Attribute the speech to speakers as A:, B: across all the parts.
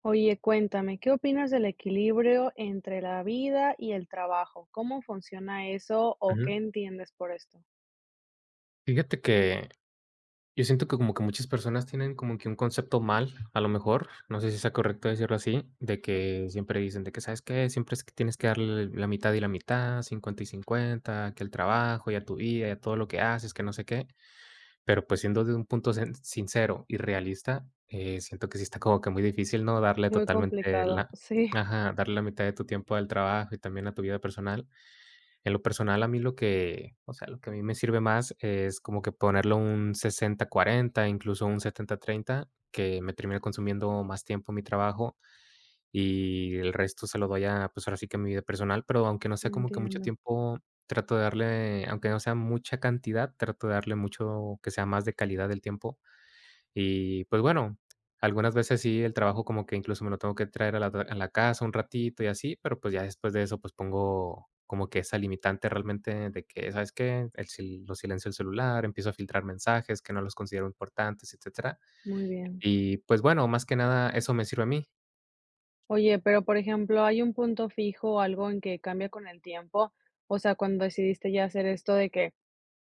A: Oye, cuéntame, ¿qué opinas del equilibrio entre la vida y el trabajo? ¿Cómo funciona eso o qué
B: Ujú.
A: entiendes por esto?
B: Fíjate que yo siento que como que muchas personas tienen como que un concepto mal, a lo mejor, no sé si sea correcto decirlo así, de que siempre dicen de que, ¿sabes qué? Siempre es que tienes que darle la mitad y la mitad, 50 y 50, que el trabajo y a tu vida y a todo lo que haces, que no sé qué, pero pues siendo de un punto sincero y realista, siento que sí está como que muy difícil, ¿no? Darle
A: Muy
B: totalmente
A: complicado,
B: la,
A: sí.
B: ajá, darle la mitad de tu tiempo al trabajo y también a tu vida personal. En lo personal, a mí lo que, o sea, lo que a mí me sirve más es como que ponerlo un 60 40, incluso un 70 30, que me termine consumiendo más tiempo mi trabajo y el resto se lo doy a, pues ahora sí que a mi vida personal, pero aunque no sea como que mucho
A: Entiendo,
B: tiempo, trato de darle, aunque no sea mucha cantidad, trato de darle mucho que sea más de calidad del tiempo y, pues, bueno, algunas veces sí, el trabajo como que incluso me lo tengo que traer a la casa un ratito y así, pero, pues, ya después de eso, pues, pongo como que esa limitante realmente de que, ¿sabes qué? El sil lo silencio el celular, empiezo a filtrar mensajes que no los considero importantes, etcétera.
A: muy bien.
B: Y, pues, bueno, más que nada eso me sirve a mí.
A: Oye, pero por ejemplo, ¿hay un punto fijo o algo en que cambia con el tiempo? O sea, cuando decidiste ya hacer esto de que,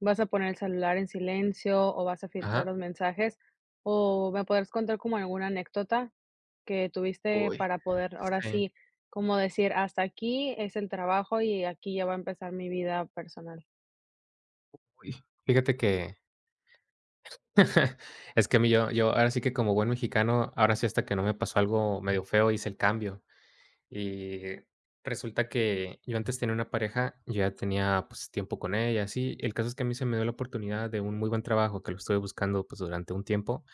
A: ¿vas a poner el celular en silencio o vas a filtrar
B: Ajá.
A: los mensajes? ¿O me podrás contar como alguna anécdota que tuviste
B: Uy.
A: para poder, ahora
B: Sí.
A: sí, como decir, hasta aquí es el trabajo y aquí ya va a empezar mi vida personal?
B: Uy. Fíjate que es que a mí yo ahora sí que como buen mexicano, ahora sí hasta que no me pasó algo medio feo hice el cambio. Y resulta que yo antes tenía una pareja, yo ya tenía, pues, tiempo con ella, así. El caso es que a mí se me dio la oportunidad de un muy buen trabajo que lo estuve buscando, pues, durante un tiempo,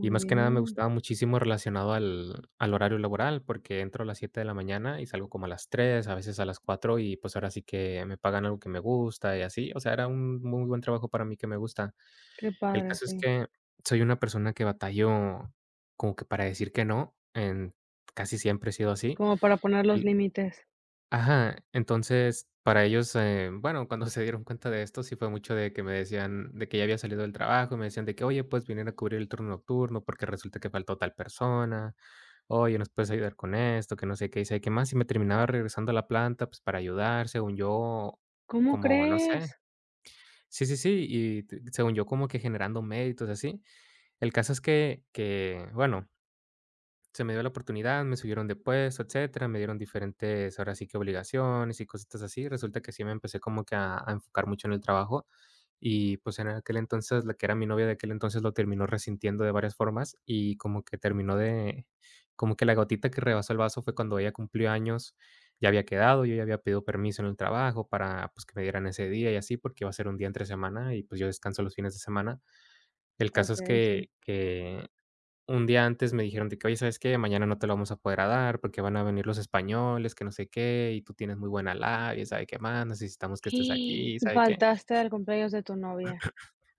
B: y más que nada me
A: bien,
B: gustaba muchísimo relacionado al horario laboral, porque entro a las 7 de la mañana y salgo como a las 3 a veces a las 4 y, pues, ahora sí que me pagan algo que me gusta y así. O sea, era un muy buen trabajo para mí que me gusta.
A: qué
B: El
A: padre,
B: caso es
A: sí.
B: que soy una persona que batallo como que para decir que no, en casi siempre he sido así.
A: Como para poner los
B: El
A: límites.
B: Ajá, entonces, para ellos, bueno, cuando se dieron cuenta de esto, sí fue mucho de que me decían, de que ya había salido del trabajo, y me decían de que, oye, pues vinieron a cubrir el turno nocturno porque resulta que faltó tal persona, oye, nos puedes ayudar con esto, que no sé qué, y sé qué más, y me terminaba regresando a la planta, pues para ayudar, según yo,
A: ¿Cómo
B: como, no sé,
A: crees?
B: sí, sí, sí, y según yo, como que generando méritos, así. El caso es que, bueno, se me dio la oportunidad, me subieron de puesto, etcétera, me dieron diferentes, ahora sí que obligaciones y cositas así. Resulta que sí me empecé como que a enfocar mucho en el trabajo y pues en aquel entonces, la que era mi novia de aquel entonces lo terminó resintiendo de varias formas y como que terminó de, como que la gotita que rebasó el vaso fue cuando ella cumplió años, ya había quedado, yo ya había pedido permiso en el trabajo para pues que me dieran ese día y así porque iba a ser un día entre semana y pues yo descanso los fines de semana. El caso es
A: Okey, sí.
B: que, un día antes me dijeron de que: "Oye, ¿sabes qué? Mañana no te lo vamos a poder a dar porque van a venir los españoles, que no sé qué, y tú tienes muy buena labia, sabe qué más, necesitamos que estés
A: Y
B: aquí, sabe qué".
A: faltaste al cumpleaños de tu novia.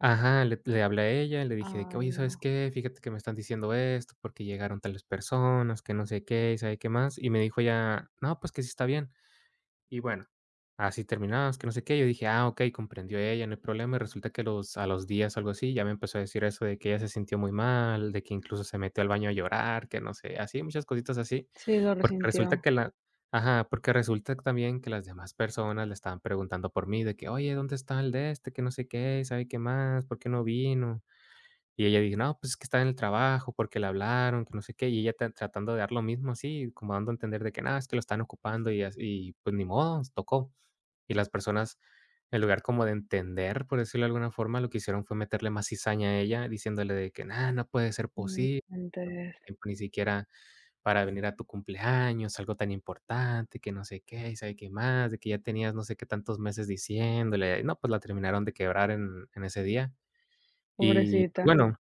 B: Ajá, le hablé a ella, le dije de que:
A: Ay,
B: "Oye, ¿sabes
A: no.
B: qué? Fíjate que me están diciendo esto, porque llegaron tales personas, que no sé qué, y sabe qué más". Y me dijo ella: "No, pues que sí está bien". Y bueno, así terminamos, que no sé qué. Yo dije: "Ah, okey, comprendió ella, no hay problema". Y resulta que los a los días o algo así, ya me empezó a decir eso de que ella se sintió muy mal, de que incluso se metió al baño a llorar, que no sé, así, muchas cositas así.
A: Sí, lo
B: Porque resulta
A: resintió.
B: que la ajá, porque resulta también que las demás personas le estaban preguntando por mí, de que: "Oye, ¿dónde está el de este? Que no sé qué, ¿sabe qué más? ¿Por qué no vino?". Y ella dijo: "No, pues es que estaba en el trabajo, porque le hablaron, que no sé qué", y ella ta tratando de dar lo mismo así, como dando a entender de que: nada es que lo están ocupando", y as y pues ni modo, tocó. Y las personas, en lugar como de entender, por decirlo de alguna forma, lo que hicieron fue meterle más cizaña a ella, diciéndole de que: nada no puede ser
A: No
B: posible,
A: inventes,
B: tiempo ni siquiera para venir a tu cumpleaños, algo tan importante, que no sé qué, y sabe qué más, de que ya tenías no sé qué tantos meses diciéndole". No, pues la terminaron de quebrar en ese día. Y pues,
A: pobrecita.
B: bueno,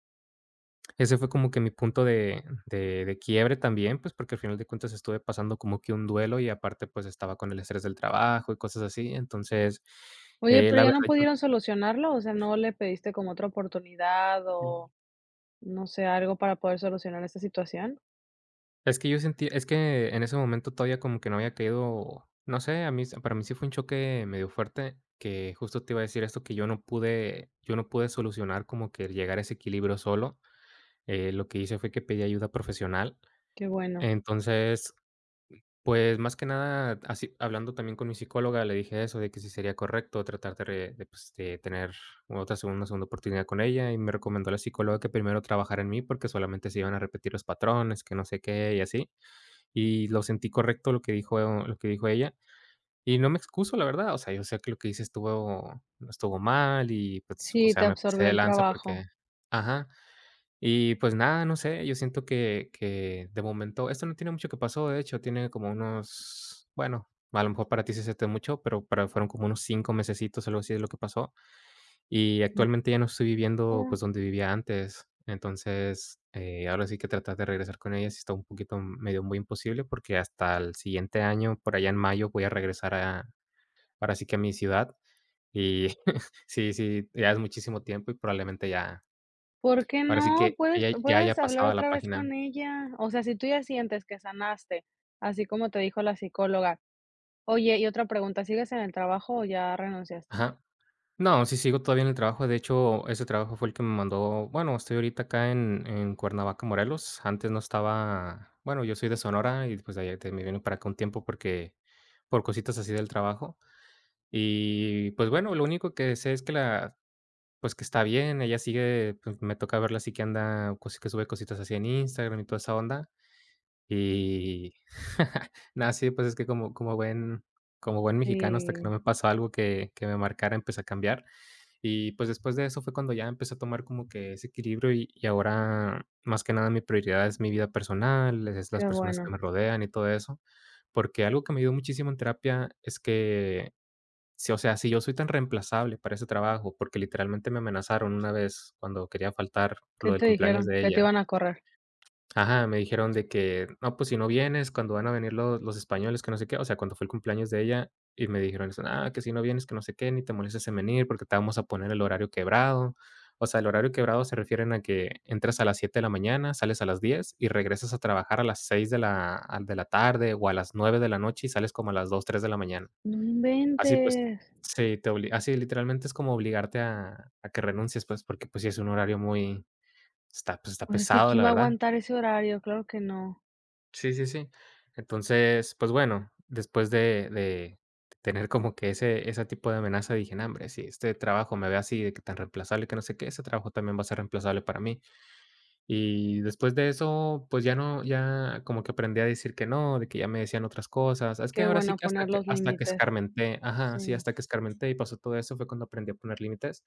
B: ese fue como que mi punto de quiebre también, pues, porque al final de cuentas estuve pasando como que un duelo y aparte, pues, estaba con el estrés del trabajo y cosas así. Entonces,
A: Oye, pero
B: la
A: ya no
B: verdad yo
A: pudieron solucionarlo, o sea, ¿no le pediste como otra oportunidad o no sé, algo para poder solucionar esta situación?
B: es que yo sentí es que en ese momento todavía como que no había caído, no sé, a mí para mí sí fue un choque medio fuerte, que justo te iba a decir esto, que yo no pude solucionar como que llegar a ese equilibrio solo. Lo que hice fue que pedí ayuda profesional.
A: Qué bueno.
B: Entonces pues, más que nada, así hablando también con mi psicóloga, le dije eso, de que si sería correcto tratar de, pues, de tener otra segunda oportunidad con ella, y me recomendó la psicóloga que primero trabajara en mí, porque solamente se iban a repetir los patrones, que no sé qué, y así. Y lo sentí correcto lo que dijo ella, y no me excuso, la verdad, o sea, yo sé que lo que hice estuvo mal y, pues, o
A: Sí, te
B: sea, me pasé
A: absorbió
B: de
A: el
B: lanza porque
A: trabajo.
B: ajá. Y pues nada, no sé, yo siento que de momento esto no tiene mucho que pasó, de hecho, tiene como unos, bueno, a lo mejor para ti sí se siente mucho, pero para fueron como unos 5 mesecitos, algo así de lo que pasó. Y actualmente ya no estoy viviendo,
A: No,
B: pues, donde vivía antes. Entonces, ahora sí que tratar de regresar con ella sí está un poquito medio muy imposible, porque hasta el siguiente año, por allá en mayo, voy a regresar a ahora sí que a mi ciudad. Y sí, sí, ya es muchísimo tiempo y probablemente ya
A: ¿por qué
B: ahora sí
A: no?
B: que
A: Puedes
B: ella ya
A: puedes
B: haya
A: hablar
B: pasado a la
A: otra vez
B: página.
A: con ella. O sea, si tú ya sientes que sanaste, así como te dijo la psicóloga. Oye, y otra pregunta, ¿sigues en el trabajo o ya renunciaste?
B: Ajá. No, sí sigo todavía en el trabajo. De hecho, ese trabajo fue el que me mandó. Bueno, estoy ahorita acá en Cuernavaca, Morelos. Antes no estaba. Bueno, yo soy de Sonora y pues de allá me vine para acá un tiempo porque por cositas así del trabajo. Y pues bueno, lo único que sé es que la, pues que está bien. Ella sigue, pues, me toca verla así que anda, que sube cositas así en Instagram y toda esa onda. Y nada, sí, pues es que como, como buen mexicano, hasta que
A: Sí,
B: no me pasó algo que me marcara, empecé a cambiar. Y pues después de eso fue cuando ya empecé a tomar como que ese equilibrio y ahora más que nada mi prioridad es mi vida personal, es las
A: qué
B: personas que
A: bueno.
B: me rodean y todo eso, porque algo que me ayudó muchísimo en terapia es que, si, o sea, si yo soy tan reemplazable para ese trabajo, porque literalmente me amenazaron una vez cuando quería faltar por
A: ¿Qué
B: lo del
A: te
B: cumpleaños
A: dijeron?
B: de
A: Que te
B: ella,
A: iban a correr.
B: ajá, me dijeron de que: "No, pues si no vienes, cuando van a venir los españoles", que no sé qué, o sea, cuando fue el cumpleaños de ella, y me dijeron eso: "Ah, que si no vienes, que no sé qué, ni te molestes en venir, porque te vamos a poner el horario quebrado". O sea, el horario quebrado se refieren a que entras a las 7 de la mañana, sales a las 10 y regresas a trabajar a las 6 de la tarde o a las 9 de la noche y sales como a las 2 3 de la mañana.
A: No
B: Así, pues
A: inventes.
B: sí, te obli así literalmente es como obligarte a que renuncies, pues, porque, pues, sí es un horario muy está, pues, está
A: Pues es que
B: pesado,
A: ¿quién
B: la
A: va a
B: verdad.
A: aguantar ese horario? Claro que no.
B: Sí, sí, sí. Entonces, pues bueno, después de tener como que ese tipo de amenaza, dije: "No, hombre, si este trabajo me ve así de que tan reemplazable, que no sé qué, ese trabajo también va a ser reemplazable para mí". Y después de eso, pues ya no ya como que aprendí a decir que no, de que ya me decían otras cosas. Es que
A: Qué
B: ahora sí
A: bueno
B: que
A: poner
B: hasta que
A: los
B: hasta que
A: límites,
B: escarmenté, ajá, sí,
A: sí.
B: hasta que escarmenté y pasó todo eso, fue cuando aprendí a poner límites.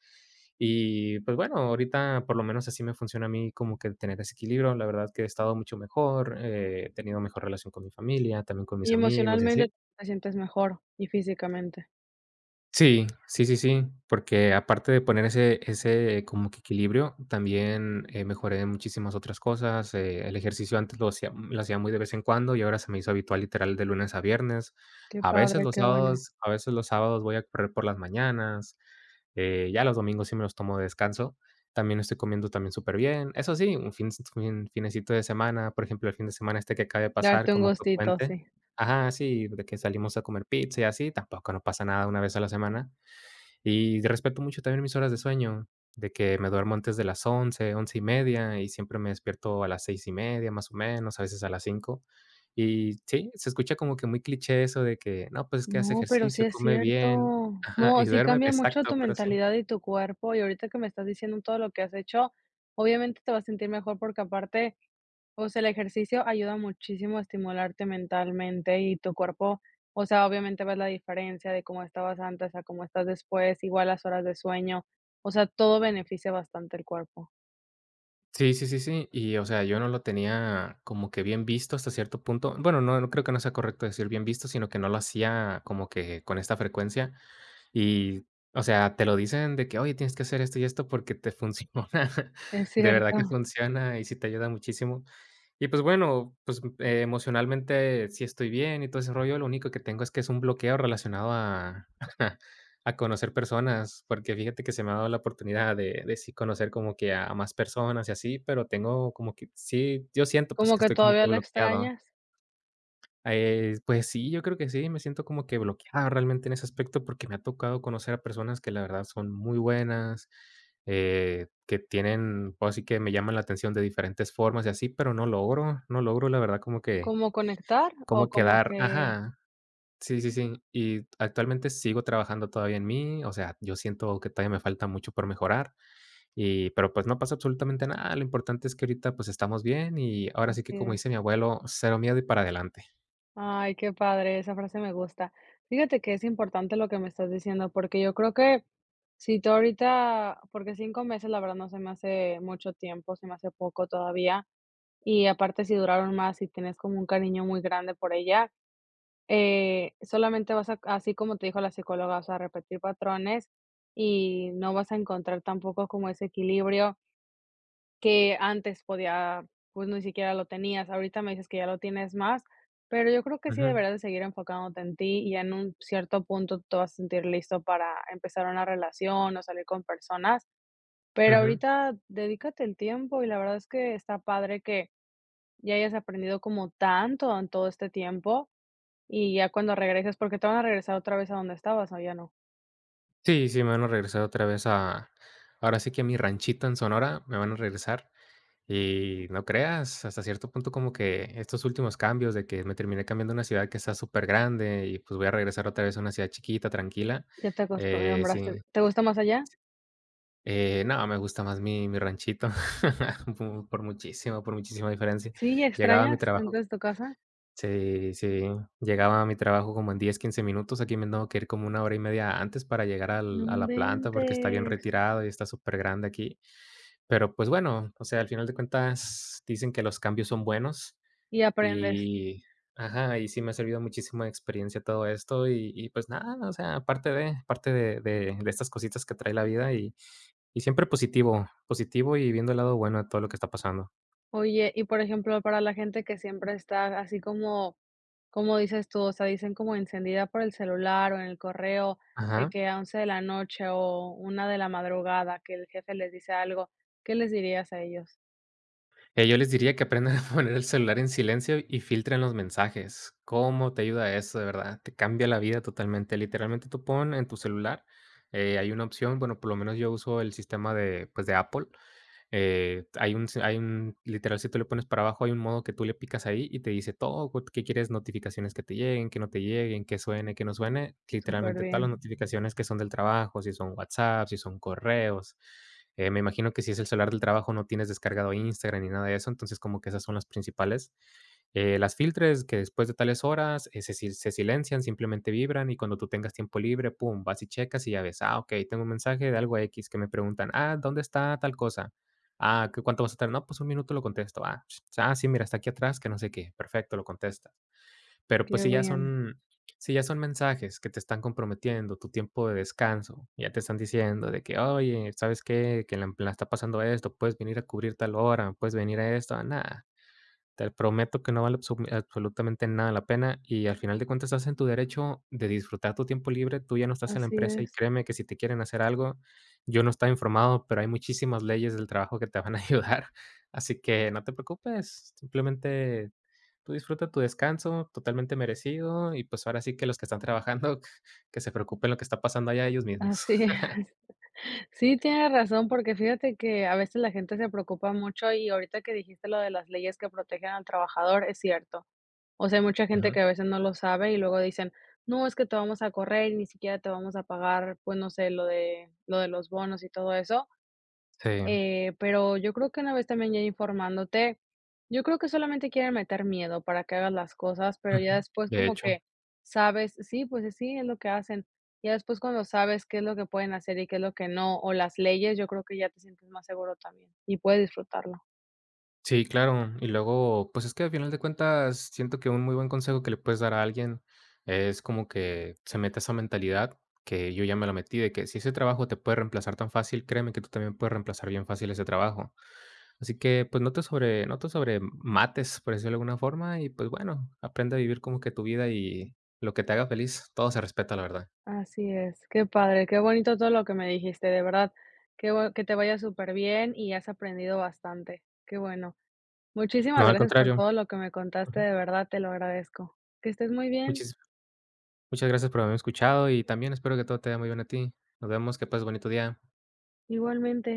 B: Y, pues bueno, ahorita por lo menos así me funciona a mí como que tener ese equilibrio. La verdad que he estado mucho mejor, he tenido mejor relación con mi familia, también con mis
A: Y
B: amigos y
A: emocionalmente
B: así.
A: te sientes mejor y físicamente.
B: Sí, sí, sí, sí, porque aparte de poner ese como que equilibrio, también, mejoré en muchísimas otras cosas, el ejercicio antes lo hacía muy de vez en cuando y ahora se me hizo habitual literal de lunes a viernes.
A: Qué padre, qué bueno.
B: A veces los sábados voy a correr por las mañanas, ya los domingos sí me los tomo de descanso. También estoy comiendo también súper bien. Eso sí, un finecito de semana, por ejemplo, el fin de semana este que acaba de pasar,
A: Darte un
B: como fue
A: gustito,
B: puente.
A: sí.
B: Ajá, sí, de que salimos a comer pizza y así, tampoco no pasa nada una vez a la semana. Y respeto mucho también mis horas de sueño, de que me duermo antes de las 11 y media, y siempre me despierto a las 6:30, más o menos, a veces a las 5. Y sí, se escucha como que muy cliché eso de que, no, pues es que hace
A: No, pero sí
B: ejercicio,
A: es
B: come bien,
A: cierto.
B: ajá,
A: No,
B: y
A: sí
B: duerme,
A: cambia mucho tu
B: exacto, pero sí.
A: mentalidad y tu cuerpo. Y ahorita que me estás diciendo todo lo que has hecho, obviamente te vas a sentir mejor porque aparte, o sea, el ejercicio ayuda muchísimo a estimularte mentalmente y tu cuerpo, o sea, obviamente ves la diferencia de cómo estabas antes a cómo estás después, igual las horas de sueño, o sea, todo beneficia bastante el cuerpo.
B: Sí, sí, sí, sí. Y, o sea, yo no lo tenía como que bien visto hasta cierto punto. Bueno, no, no creo que no sea correcto decir bien visto, sino que no lo hacía como que con esta frecuencia. Y, o sea, te lo dicen de que: "Oye, tienes que hacer esto y esto porque te funciona".
A: Es
B: De verdad que
A: cierto,
B: funciona y sí te ayuda muchísimo. Y, pues, bueno, pues, emocionalmente sí estoy bien y todo ese rollo, lo único que tengo es que es un bloqueo relacionado a a conocer personas, porque fíjate que se me ha dado la oportunidad de sí conocer como que a más personas y así, pero tengo como que sí, yo siento, pues,
A: como
B: que
A: que
B: estoy como
A: todavía
B: que
A: lo
B: bloqueado.
A: extrañas,
B: Pues sí, yo creo que sí, me siento como que bloqueado realmente en ese aspecto porque me ha tocado conocer a personas que la verdad son muy buenas, que tienen, pues sí que me llaman la atención de diferentes formas y así, pero no logro la verdad como que,
A: como conectar o
B: como
A: como
B: quedar,
A: que
B: ajá, sí, sí, sí, y actualmente sigo trabajando todavía en mí, o sea, yo siento que todavía me falta mucho por mejorar, y, pero pues no pasa absolutamente nada, lo importante es que ahorita pues estamos bien y ahora sí que
A: así
B: como
A: es.
B: dice mi abuelo, cero miedo y para adelante.
A: Ay, qué padre, esa frase me gusta. Fíjate que es importante lo que me estás diciendo, porque yo creo que si tú ahorita, porque 5 meses la verdad no se me hace mucho tiempo, se me hace poco todavía. Y aparte, si duraron más y tienes como un cariño muy grande por ella, solamente vas a, así como te dijo la psicóloga, o sea, repetir patrones y no vas a encontrar tampoco como ese equilibrio que antes podía, pues, ni siquiera lo tenías. Ahorita me dices que ya lo tienes más, pero yo creo que sí
B: Ujú,
A: deberás de seguir enfocándote en ti y ya en un cierto punto te vas a sentir listo para empezar una relación o salir con personas. Pero
B: ujú.
A: ahorita dedícate el tiempo y la verdad es que está padre que ya hayas aprendido como tanto en todo este tiempo, y ya cuando regreses, porque te van a regresar otra vez a donde estabas, ¿o ya no?
B: Sí, sí, me van a regresar otra vez a ahora sí que a mi ranchito en Sonora me van a regresar. Y no creas, hasta cierto punto como que estos últimos cambios de que me terminé cambiando a una ciudad que está súper grande y pues voy a regresar otra vez a una ciudad chiquita, tranquila.
A: Ya te
B: Sí,
A: acostumbraste. ¿Te gusta más allá?
B: no, me gusta más mi ranchito, por muchísimo, por muchísima diferencia.
A: Sí,
B: Llegaba a mi
A: ¿extrañas
B: trabajo
A: entonces tu casa?
B: Sí, sí, llegaba a mi trabajo como en 10, 15 minutos, aquí me tengo que ir como una hora y media antes para llegar al
A: No
B: a la planta, porque está bien
A: inventes.
B: retirado y está súper grande aquí. Pero, pues, bueno, o sea, al final de cuentas dicen que los cambios son buenos
A: Y aprendes.
B: y ajá, y sí me ha servido muchísimo de experiencia todo esto pues, nada, o sea, parte de estas cositas que trae la vida y siempre positivo, positivo y viendo el lado bueno de todo lo que está pasando.
A: Oye, y por ejemplo, para la gente que siempre está así como, como dices tú, o sea, dicen como encendida por el celular o en el correo, de
B: Ajá.
A: que a 11 de la noche o 1 de la madrugada, que el jefe les dice algo, ¿qué les dirías a ellos?
B: Yo les diría que aprendan a poner el celular en silencio y filtren los mensajes. ¿Cómo te ayuda eso, de verdad? Te cambia la vida totalmente. Literalmente tú pon en tu celular, hay una opción, bueno, por lo menos yo uso el sistema de, pues, de Apple, hay un literal, si tú le pones para abajo, hay un modo que tú le picas ahí y te dice todo, qué quieres notificaciones que te lleguen, que no te lleguen, que suene, que no suene.
A: Súper
B: Literalmente todas las
A: bien,
B: Mm. notificaciones que son del trabajo, si son WhatsApp, si son correos. Me imagino que si es el celular del trabajo no tienes descargado Instagram ni nada de eso, entonces como que esas son las principales. Las filtres que después de tales horas, se silencian, simplemente vibran y cuando tú tengas tiempo libre, pum, vas y checas y ya ves, ah, ok, tengo un mensaje de algo X que me preguntan, ah, ¿dónde está tal cosa? Ah, ¿qué cuánto vas a tardar? No, pues un minuto lo contesto. Ah, ps, ah, sí, mira, está aquí atrás, que no sé qué. Perfecto, lo contestas. Pero, pues,
A: qué bien.
B: si ya son mensajes que te están comprometiendo tu tiempo de descanso, ya te están diciendo de que: "Oye, ¿sabes qué? Que la está pasando esto, puedes venir a cubrir tal hora, puedes venir a esto". Ah, nada. Te prometo que no vale absolutamente nada la pena, y al final de cuentas estás en tu derecho de disfrutar tu tiempo libre. Tú ya no estás en la
A: Así
B: empresa, y
A: es,
B: créeme que si te quieren hacer algo, yo no estaba informado, pero hay muchísimas leyes del trabajo que te van a ayudar. Así que no te preocupes, simplemente tú disfruta tu descanso totalmente merecido, y pues ahora sí que los que están trabajando, que se preocupen lo que está pasando allá ellos mismos.
A: así es. Sí, tienes razón, porque fíjate que a veces la gente se preocupa mucho y ahorita que dijiste lo de las leyes que protegen al trabajador, es cierto. O sea, hay mucha gente
B: Ujú.
A: que a veces no lo sabe y luego dicen, no, es que te vamos a correr y ni siquiera te vamos a pagar, pues no sé, lo de los bonos y todo eso.
B: Sí,
A: Pero yo creo que una vez también ya informándote, yo creo que solamente quieren meter miedo para que hagas las cosas, pero ya
B: ujú,
A: después
B: de
A: como
B: hecho.
A: que sabes, sí, pues sí, es lo que hacen. Ya después cuando sabes qué es lo que pueden hacer y qué es lo que no, o las leyes, yo creo que ya te sientes más seguro también y puedes disfrutarlo.
B: Sí, claro. Y luego, pues es que al final de cuentas, siento que un muy buen consejo que le puedes dar a alguien es como que se meta esa mentalidad que yo ya me la metí, de que si ese trabajo te puede reemplazar tan fácil, créeme que tú también puedes reemplazar bien fácil ese trabajo. Así que, pues no te sobremates, por decirlo de alguna forma, y pues bueno, aprende a vivir como que tu vida y lo que te haga feliz, todo se respeta, la verdad.
A: Así es, qué padre, qué bonito todo lo que me dijiste, de verdad, qué bu- que te vaya súper bien y has aprendido bastante, qué bueno. Muchísimas
B: No, al
A: gracias por
B: contrario.
A: todo lo que me contaste,
B: Ujú.
A: de verdad te lo agradezco. Que estés muy bien.
B: Muchis- muchas gracias por haberme escuchado y también espero que todo te vaya muy bien a ti. Nos vemos, que pases bonito día.
A: Igualmente.